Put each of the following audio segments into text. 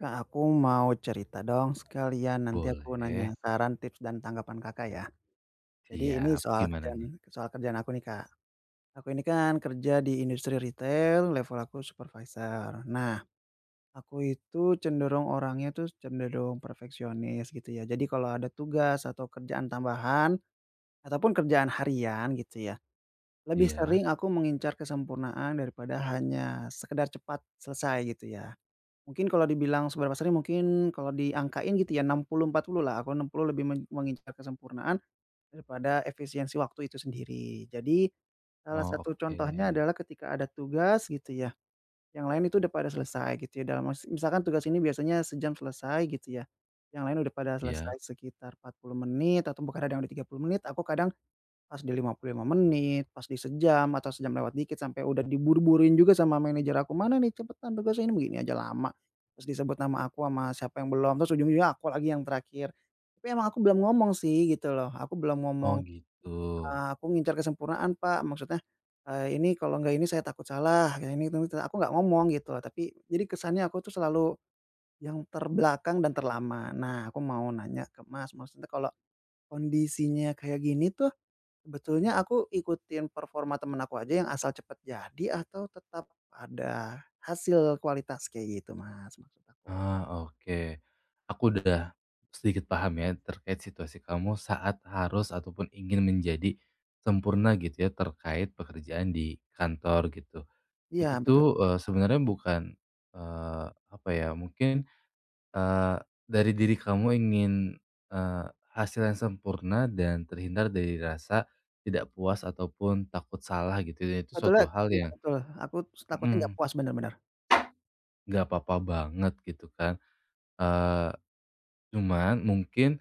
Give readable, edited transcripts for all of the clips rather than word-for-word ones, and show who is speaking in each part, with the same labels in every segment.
Speaker 1: Kak, aku mau cerita dong sekalian nanti aku nanya
Speaker 2: Boleh,
Speaker 1: saran, tips, dan tanggapan Kakak ya. Jadi ini
Speaker 2: siap.
Speaker 1: soal
Speaker 2: Gimana
Speaker 1: kerjaan
Speaker 2: nih?
Speaker 1: soal kerjaan aku nih, Kak. Aku ini kan kerja di industri retail, level aku supervisor. Nah, aku itu cenderung orangnya tuh cenderung perfeksionis gitu ya. Jadi kalau ada tugas atau kerjaan tambahan ataupun kerjaan harian gitu ya, lebih
Speaker 2: Iya.
Speaker 1: sering aku mengincar kesempurnaan daripada hanya sekedar cepat selesai gitu ya. Mungkin kalau dibilang seberapa sering mungkin kalau diangkain gitu ya 60, 40 lah, aku 60 lebih mengincar kesempurnaan daripada efisiensi waktu itu sendiri. Jadi, salah
Speaker 2: Oh,
Speaker 1: satu
Speaker 2: oke.
Speaker 1: contohnya adalah ketika ada tugas gitu ya, yang lain itu udah pada selesai gitu ya dalam misalkan tugas ini biasanya sejam selesai gitu ya, yang lain udah pada
Speaker 2: Iya.
Speaker 1: selesai sekitar 40 menit atau kadang ada yang udah 30 menit, aku kadang pas di 55 menit, pas di sejam atau sejam lewat dikit sampai udah diburu-buruin juga sama manajer aku, "Mana nih cepetan tugasnya ini," begini aja lama. Terus disebut nama aku sama siapa yang belum, terus ujung-ujungnya aku lagi yang terakhir. Tapi emang aku belum ngomong sih gitu loh, aku belum
Speaker 2: Oh,
Speaker 1: ngomong,
Speaker 2: gitu.
Speaker 1: "Aku ngincar kesempurnaan, Pak." Maksudnya, "Ini kalau nggak ini saya takut salah, kayak ini itu," aku nggak ngomong gitu loh, tapi jadi kesannya aku tuh selalu yang terbelakang dan terlama. Nah, aku mau nanya ke Mas, maksudnya kalau kondisinya kayak gini tuh sebetulnya aku ikutin performa temen aku aja yang asal cepet jadi atau tetap ada hasil kualitas kayak gitu Mas, maksud aku.
Speaker 2: Ah, oke. Aku udah sedikit paham ya terkait situasi kamu saat harus ataupun ingin menjadi sempurna gitu ya terkait pekerjaan di kantor gitu. Itu
Speaker 1: Iya betul,
Speaker 2: tuh, sebenarnya bukan, eee, apa ya, mungkin Eee, dari diri kamu ingin, eee, hasil yang sempurna dan terhindar dari rasa tidak puas ataupun takut salah gitu ya, itu
Speaker 1: sebetulnya
Speaker 2: suatu hal
Speaker 1: iya
Speaker 2: yang
Speaker 1: betul, aku takutnya nggak
Speaker 2: mhm,
Speaker 1: puas, bener bener.
Speaker 2: nggak apa-apa banget gitu kan, eee, cuman mungkin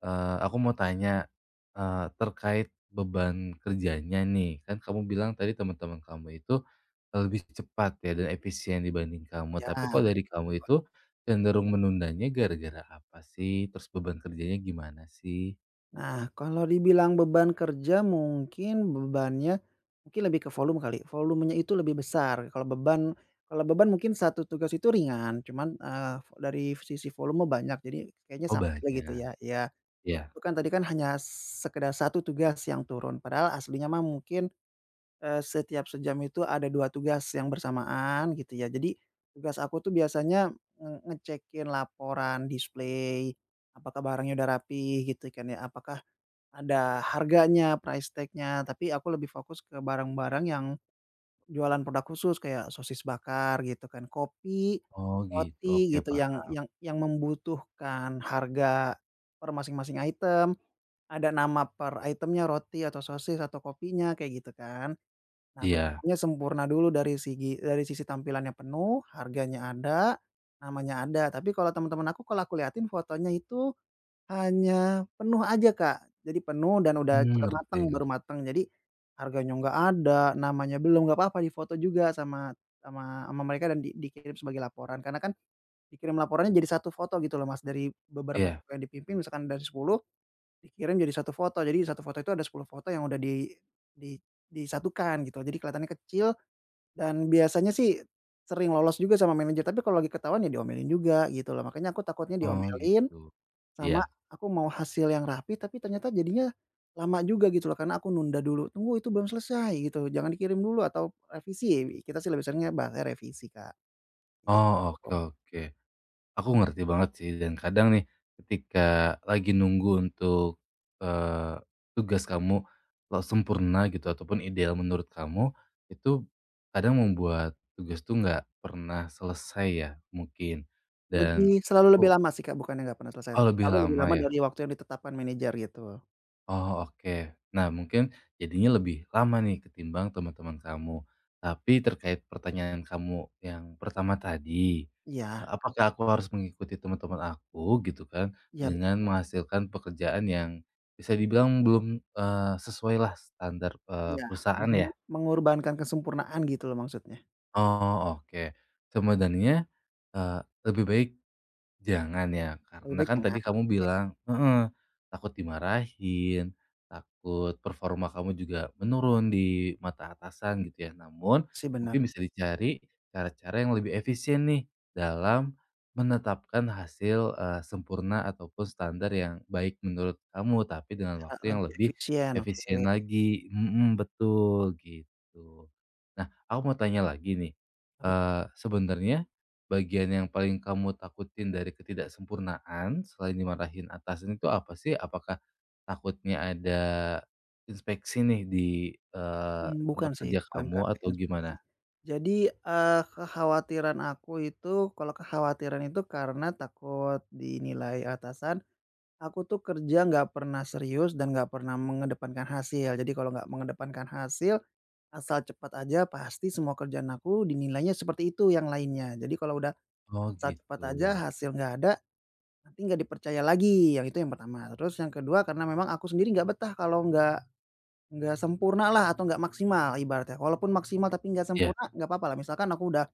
Speaker 2: Aku mau tanya, terkait beban kerjanya nih, kan kamu bilang tadi teman-teman kamu itu lebih cepat ya dan efisien dibanding kamu,
Speaker 1: Iya,
Speaker 2: tapi kalau dari kamu itu
Speaker 1: betul.
Speaker 2: cenderung menundanya gara-gara apa sih? Terus beban kerjanya gimana sih?
Speaker 1: Nah kalau dibilang beban kerja mungkin bebannya, mungkin lebih ke volume kali, volumenya itu lebih besar kalau beban mungkin satu tugas itu ringan cuman, dari sisi volume banyak jadi kayaknya
Speaker 2: Oh,
Speaker 1: sama
Speaker 2: banyak,
Speaker 1: aja gitu ya, iya.
Speaker 2: iya.
Speaker 1: Itu kan tadi kan hanya sekedar satu tugas yang turun, padahal aslinya mah mungkin, setiap sejam itu ada 2 tugas yang bersamaan gitu ya. Jadi tugas aku tuh biasanya ngecekin laporan display, apakah barangnya udah rapi gitu kan ya, apakah ada harganya, price tag-nya, tapi aku lebih fokus ke barang-barang yang jualan produk khusus kayak sosis bakar gitu kan, kopi,
Speaker 2: Oh gitu,
Speaker 1: roti
Speaker 2: oke
Speaker 1: gitu
Speaker 2: pak.
Speaker 1: yang membutuhkan harga per masing-masing item. Ada nama per itemnya, roti atau sosis atau kopinya, kayak gitu kan. Nah, aku tuh
Speaker 2: Iya,
Speaker 1: maunya sempurna dulu dari segi dari sisi tampilannya penuh, harganya ada, namanya ada. Tapi kalau teman-teman aku kalau aku liatin fotonya itu hanya penuh aja, Kak. Jadi penuh dan udah
Speaker 2: mmm,
Speaker 1: udah
Speaker 2: ngerti
Speaker 1: mateng, baru
Speaker 2: ngerti,
Speaker 1: mateng. Jadi harganya nggak ada, namanya belum, nggak apa-apa difoto juga sama sama sama mereka dan dikirim sebagai laporan. Karena kan dikirim laporannya jadi satu foto gitu loh, Mas, dari beberapa
Speaker 2: iya,
Speaker 1: toko yang dipimpin misalkan dari 10. Dikirim jadi satu foto itu ada 10 foto yang udah di disatukan gitu, jadi kelihatannya kecil dan biasanya sih sering lolos juga sama manajer, tapi kalau lagi ketahuan ya diomelin juga gitu loh. Makanya aku takutnya
Speaker 2: oh
Speaker 1: diomelin
Speaker 2: gitu, iya.
Speaker 1: sama aku mau hasil yang rapi, tapi ternyata jadinya lama juga gitu loh karena aku nunda dulu, "Tunggu itu belum selesai," gitu, "jangan dikirim dulu," atau revisi, kita sih lebih seringnya bahasnya revisi, Kak, gitu.
Speaker 2: Oh, oke, oke. Aku ngerti banget sih dan kadang nih ketika lagi nunggu untuk, eee, tugas kamu lo sempurna gitu ataupun ideal menurut kamu, itu kadang membuat tugas tuh nggak pernah selesai ya mungkin dan
Speaker 1: Lebih selalu lebih
Speaker 2: aku
Speaker 1: lama sih, Kak, bukannya nggak pernah selesai,
Speaker 2: oh lebih
Speaker 1: selalu lebih
Speaker 2: lama
Speaker 1: lama
Speaker 2: ya?
Speaker 1: dari waktu yang ditetapkan manajer gitu.
Speaker 2: Oh, oke. Nah mungkin jadinya lebih lama nih ketimbang teman-teman kamu. Tapi terkait pertanyaan kamu yang pertama tadi,
Speaker 1: Iya,
Speaker 2: nah, apakah aku harus mengikuti teman-teman aku gitu kan,
Speaker 1: iya
Speaker 2: dengan
Speaker 1: betul.
Speaker 2: menghasilkan pekerjaan yang bisa dibilang belum, eh, sesuai lah standar,
Speaker 1: Iya,
Speaker 2: perusahaan
Speaker 1: menge
Speaker 2: ya?
Speaker 1: mengorbankan kesempurnaan gitu loh maksudnya?
Speaker 2: Oh oke, sebenarnya, eee, lebih baik jangan ya,
Speaker 1: Lebih
Speaker 2: karena
Speaker 1: baik
Speaker 2: kan tadi
Speaker 1: jangan,
Speaker 2: kamu
Speaker 1: oke,
Speaker 2: bilang heeh, takut dimarahin, takut performa kamu juga menurun di mata atasan gitu ya. Namun
Speaker 1: sih bener,
Speaker 2: mungkin bisa dicari cara-cara yang lebih efisien nih dalam menetapkan hasil, sempurna ataupun standar yang baik menurut kamu, tapi dengan
Speaker 1: cara
Speaker 2: waktu yang
Speaker 1: lebih
Speaker 2: lebih
Speaker 1: efisien, oke.
Speaker 2: efisien lagi. Mhm, betul gitu. Nah, aku mau tanya lagi nih,
Speaker 1: Apa
Speaker 2: sebenarnya bagian yang paling kamu takutin dari ketidaksempurnaan selain dimarahin atasan itu apa sih? Apakah takutnya ada inspeksi nih di,
Speaker 1: bukan
Speaker 2: tempat
Speaker 1: sih,
Speaker 2: kerja
Speaker 1: bukan
Speaker 2: kamu
Speaker 1: karena
Speaker 2: atau
Speaker 1: inspeksi.
Speaker 2: gimana?
Speaker 1: Jadi, kekhawatiran aku itu kalau kekhawatiran itu karena takut dinilai atasan, aku tuh kerja nggak pernah serius dan nggak pernah mengedepankan hasil. Jadi kalau nggak mengedepankan hasil, asal cepat aja, pasti semua kerjaan aku dinilainya seperti itu yang lainnya. Jadi kalau udah
Speaker 2: Oh
Speaker 1: asal cepat
Speaker 2: gitu.
Speaker 1: aja, hasil nggak ada, nanti nggak dipercaya lagi, yang itu yang pertama. Terus yang kedua karena memang aku sendiri nggak betah kalau nggak sempurna lah atau nggak maksimal ibaratnya. Walaupun maksimal tapi nggak
Speaker 2: Ya,
Speaker 1: sempurna nggak apa-apa lah. Misalkan aku udah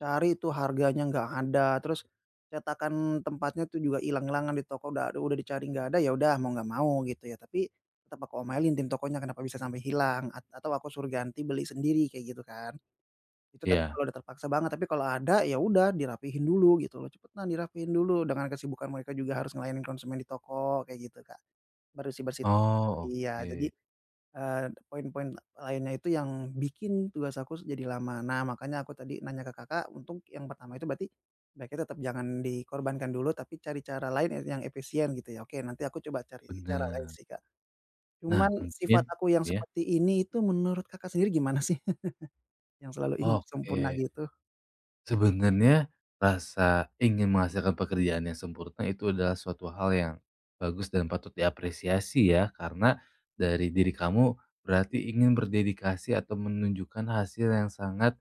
Speaker 1: cari itu harganya nggak ada, terus cetakan tempatnya tuh juga hilang-hilangan di toko udah dicari nggak ada, ya udah mau nggak mau gitu ya. Tapi tetap aku omelin tim tokonya kenapa bisa sampai hilang, atau aku suruh ganti beli sendiri kayak gitu kan. Itu tapi
Speaker 2: ya.
Speaker 1: kalau udah terpaksa banget, tapi kalau ada, ya udah dirapihin dulu gitu loh, cepetan dirapihin dulu dengan kesibukan mereka juga harus ngelayanin konsumen di toko kayak gitu, Kak. Bersih-bersih toko
Speaker 2: Oh
Speaker 1: iya, jadi,
Speaker 2: oke,
Speaker 1: poin-poin lainnya itu yang bikin tugas aku jadi lama. Nah, makanya aku tadi nanya ke Kakak, untung yang pertama itu berarti baiknya tetap jangan dikorbankan dulu, tapi cari cara lain yang efisien gitu ya. Oke, nanti aku coba cari cara lain
Speaker 2: bener.
Speaker 1: sih, Kak.
Speaker 2: Nah
Speaker 1: Cuman
Speaker 2: mungkin
Speaker 1: sifat aku yang
Speaker 2: ya.
Speaker 1: seperti ini itu menurut Kakak sendiri gimana sih? Yang selalu ingin sempurna
Speaker 2: Oke.
Speaker 1: gitu?
Speaker 2: Sebenarnya rasa ingin menghasilkan pekerjaan yang sempurna itu adalah suatu hal yang bagus dan patut diapresiasi ya, karena dari diri kamu berarti ingin berdedikasi atau menunjukkan hasil yang sangat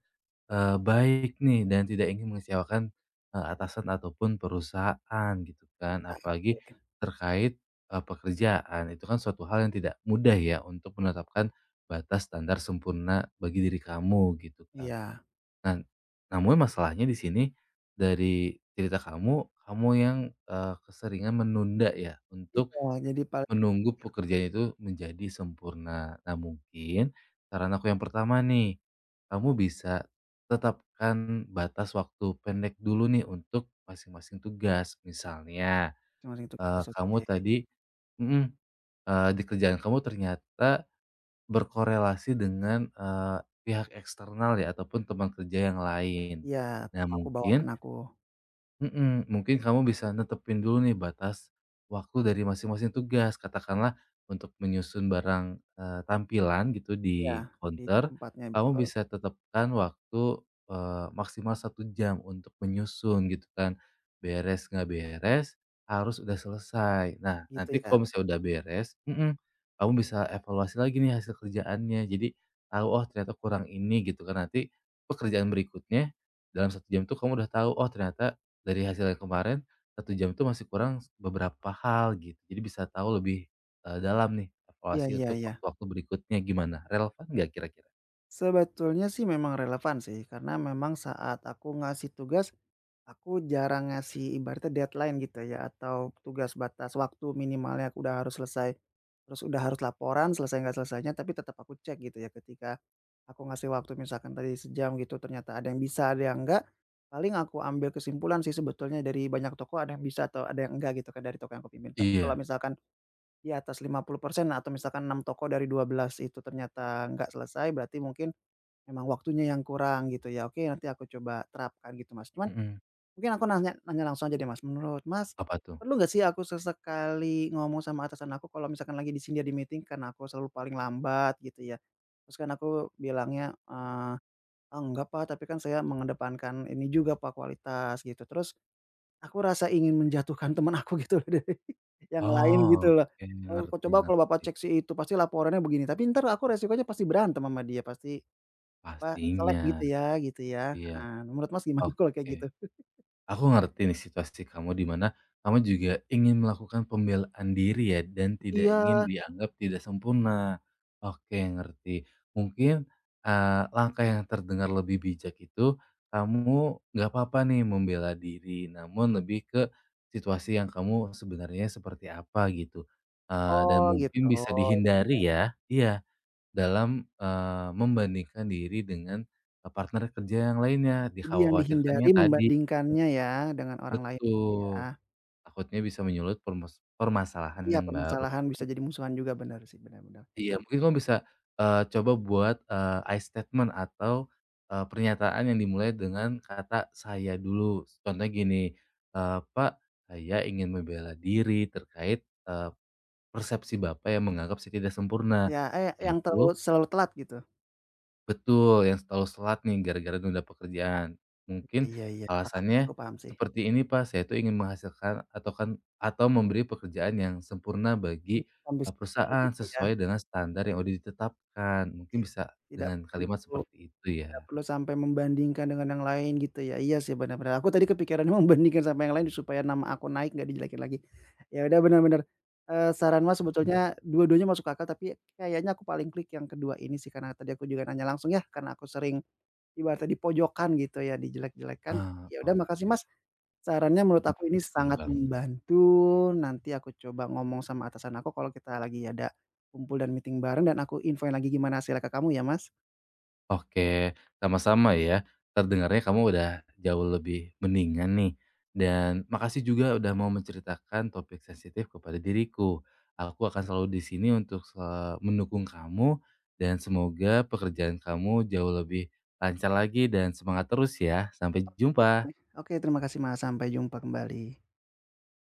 Speaker 2: eh, baik nih dan tidak ingin mengecewakan eh, atasan ataupun perusahaan gitu kan. Apalagi terkait eh, pekerjaan itu kan suatu hal yang tidak mudah ya untuk menetapkan batas standar sempurna bagi diri kamu gitu kan.
Speaker 1: Iya.
Speaker 2: Nah, namun masalahnya di sini dari cerita kamu, kamu yang, keseringan menunda ya untuk
Speaker 1: Iya, jadi paling
Speaker 2: menunggu pekerjaan itu menjadi sempurna. Nah, mungkin saran aku yang pertama nih, kamu bisa tetapkan batas waktu pendek dulu nih untuk masing-masing tugas. Misalnya,
Speaker 1: masing-masing tugas,
Speaker 2: kamu
Speaker 1: oke.
Speaker 2: tadi mhm, di kerjaan kamu ternyata berkorelasi dengan, pihak eksternal ya ataupun teman kerja yang lain.
Speaker 1: Iya,
Speaker 2: Nah
Speaker 1: aku bawa
Speaker 2: mungkin,
Speaker 1: anakku.
Speaker 2: mhm, mungkin kamu bisa netepin dulu nih batas waktu dari masing-masing tugas. Katakanlah untuk menyusun barang, tampilan gitu
Speaker 1: Iya,
Speaker 2: di
Speaker 1: di
Speaker 2: counter,
Speaker 1: tempatnya
Speaker 2: kamu
Speaker 1: betul,
Speaker 2: bisa tetapkan waktu, maksimal satu jam untuk menyusun gitu kan. Beres nggak beres, harus udah selesai. Nah,
Speaker 1: gitu
Speaker 2: nanti
Speaker 1: ya?
Speaker 2: kalau misalnya udah beres mhm, kamu bisa evaluasi lagi nih hasil kerjaannya. Jadi tahu, "Oh ternyata kurang ini," gitu kan. Nanti pekerjaan berikutnya dalam satu jam tuh kamu udah tahu, "Oh ternyata dari hasil yang kemarin, satu jam itu masih kurang beberapa hal gitu, jadi bisa tahu lebih, dalam nih
Speaker 1: Iya
Speaker 2: evaluasi
Speaker 1: iya
Speaker 2: untuk
Speaker 1: iya.
Speaker 2: waktu-waktu berikutnya gimana, relevan nggak kira-kira?
Speaker 1: Sebetulnya sih memang relevan sih, karena memang saat aku ngasih tugas, aku jarang ngasih ibaratnya deadline gitu ya, atau tugas batas waktu minimalnya aku udah harus selesai. Terus udah harus laporan, selesai nggak selesainya, tapi tetap aku cek gitu ya ketika aku ngasih waktu misalkan tadi sejam gitu, ternyata ada yang bisa, ada yang enggak, paling aku ambil kesimpulan sih sebetulnya dari banyak toko ada yang bisa atau ada yang enggak gitu kan dari toko yang aku pimpin. Tapi kalau
Speaker 2: Iya.
Speaker 1: misalkan di atas 50% atau misalkan 6 toko dari 12 itu ternyata enggak selesai, berarti mungkin emang waktunya yang kurang gitu ya, oke nanti aku coba terapkan gitu Mas, cuman
Speaker 2: Mhm,
Speaker 1: mungkin aku nanya nanya langsung aja deh Mas, menurut Mas,
Speaker 2: apa tuh?
Speaker 1: perlu nggak sih aku sesekali ngomong sama atasan aku kalau misalkan lagi di sini di meeting karena aku selalu paling lambat gitu ya, terus kan aku bilangnya, "Ah enggak Pak, tapi kan saya mengedepankan ini juga Pak kualitas," gitu, terus aku rasa ingin menjatuhkan teman aku gitu loh dari yang lain gitu
Speaker 2: Oh,
Speaker 1: loh,
Speaker 2: oke,
Speaker 1: "Oh kok
Speaker 2: ngerti
Speaker 1: coba kalau Bapak
Speaker 2: ngerti,
Speaker 1: cek si itu pasti laporannya begini," tapi ntar aku resikonya pasti berantem sama dia, pasti apa, seleb
Speaker 2: pastinya,
Speaker 1: gitu ya,
Speaker 2: iya,
Speaker 1: heeh. Menurut Mas gimana kalau kayak
Speaker 2: oke.
Speaker 1: gitu?
Speaker 2: Aku ngerti nih situasi kamu di mana kamu juga ingin melakukan pembelaan diri ya dan tidak
Speaker 1: Iya,
Speaker 2: ingin dianggap tidak sempurna. Oke, ngerti. Mungkin, langkah yang terdengar lebih bijak itu kamu nggak apa-apa nih membela diri, namun lebih ke situasi yang kamu sebenarnya seperti apa gitu, dan
Speaker 1: oh gitu,
Speaker 2: mungkin bisa
Speaker 1: oh, iya.
Speaker 2: dihindari ya iya, dalam, membandingkan diri dengan, partner kerja yang lainnya,
Speaker 1: Jadi yang dihindari
Speaker 2: dikhawatirkannya tadi.
Speaker 1: membandingkannya ya dengan orang lain itu
Speaker 2: Betul,
Speaker 1: ya.
Speaker 2: takutnya bisa menyulut permasalahan
Speaker 1: Iya
Speaker 2: yang baru.
Speaker 1: permasalahan bisa jadi musuhan juga bener sih, bener bener.
Speaker 2: Iya, mungkin kamu bisa, coba buat, I statement atau, pernyataan yang dimulai dengan kata "saya" dulu. Contohnya gini, "Pak, saya ingin membela diri terkait, persepsi Bapak yang menganggap saya tidak sempurna.
Speaker 1: Ya, eh,
Speaker 2: Saya
Speaker 1: yang terlalu
Speaker 2: itu"
Speaker 1: selalu telat gitu.
Speaker 2: Betul, yang selalu telat nih gara-gara nunda pekerjaan. Mungkin
Speaker 1: Iya iya, paham, aku
Speaker 2: alasannya
Speaker 1: paham sih.
Speaker 2: seperti ini, Pak, saya itu ingin menghasilkan atau kan atau memberi pekerjaan yang sempurna bagi,
Speaker 1: Paham. Kayak
Speaker 2: perusahaan
Speaker 1: gitu ya,
Speaker 2: sesuai dengan standar yang udah ditetapkan. Mungkin
Speaker 1: iya.
Speaker 2: bisa
Speaker 1: Tidak
Speaker 2: dengan kalimat
Speaker 1: perlu
Speaker 2: seperti itu
Speaker 1: nggak
Speaker 2: ya.
Speaker 1: perlu sampai membandingkan dengan yang lain gitu ya. Iya sih benar-benar aku tadi kepikirannya membandingkan sama yang lain supaya nama aku naik nggak dijelekin lagi. Ya udah benar-benar saran Mas sebetulnya dua-duanya masuk akal tapi kayaknya aku paling klik yang kedua ini sih karena tadi aku juga nanya langsung ya karena aku sering ibaratnya di pojokan gitu ya dijelek-jelekan.
Speaker 2: Ah,
Speaker 1: Ya udah makasih
Speaker 2: oke,
Speaker 1: Mas, sarannya menurut
Speaker 2: itu
Speaker 1: aku
Speaker 2: pasti
Speaker 1: ini
Speaker 2: sedih
Speaker 1: sangat
Speaker 2: banget.
Speaker 1: membantu, nanti aku coba ngomong sama atasan aku kalau kita lagi ada kumpul dan meeting bareng dan aku infoin lagi gimana hasilnya ke kamu ya Mas.
Speaker 2: Oke, sama-sama ya. Terdengarnya kamu udah jauh lebih mendingan nih. Dan makasih juga udah mau menceritakan topik sensitif kepada diriku. Aku akan selalu di sini untuk mendukung kamu dan semoga pekerjaan kamu jauh lebih lancar lagi dan semangat terus ya. Sampai jumpa.
Speaker 1: Oke. Terima kasih Mas, sampai jumpa kembali.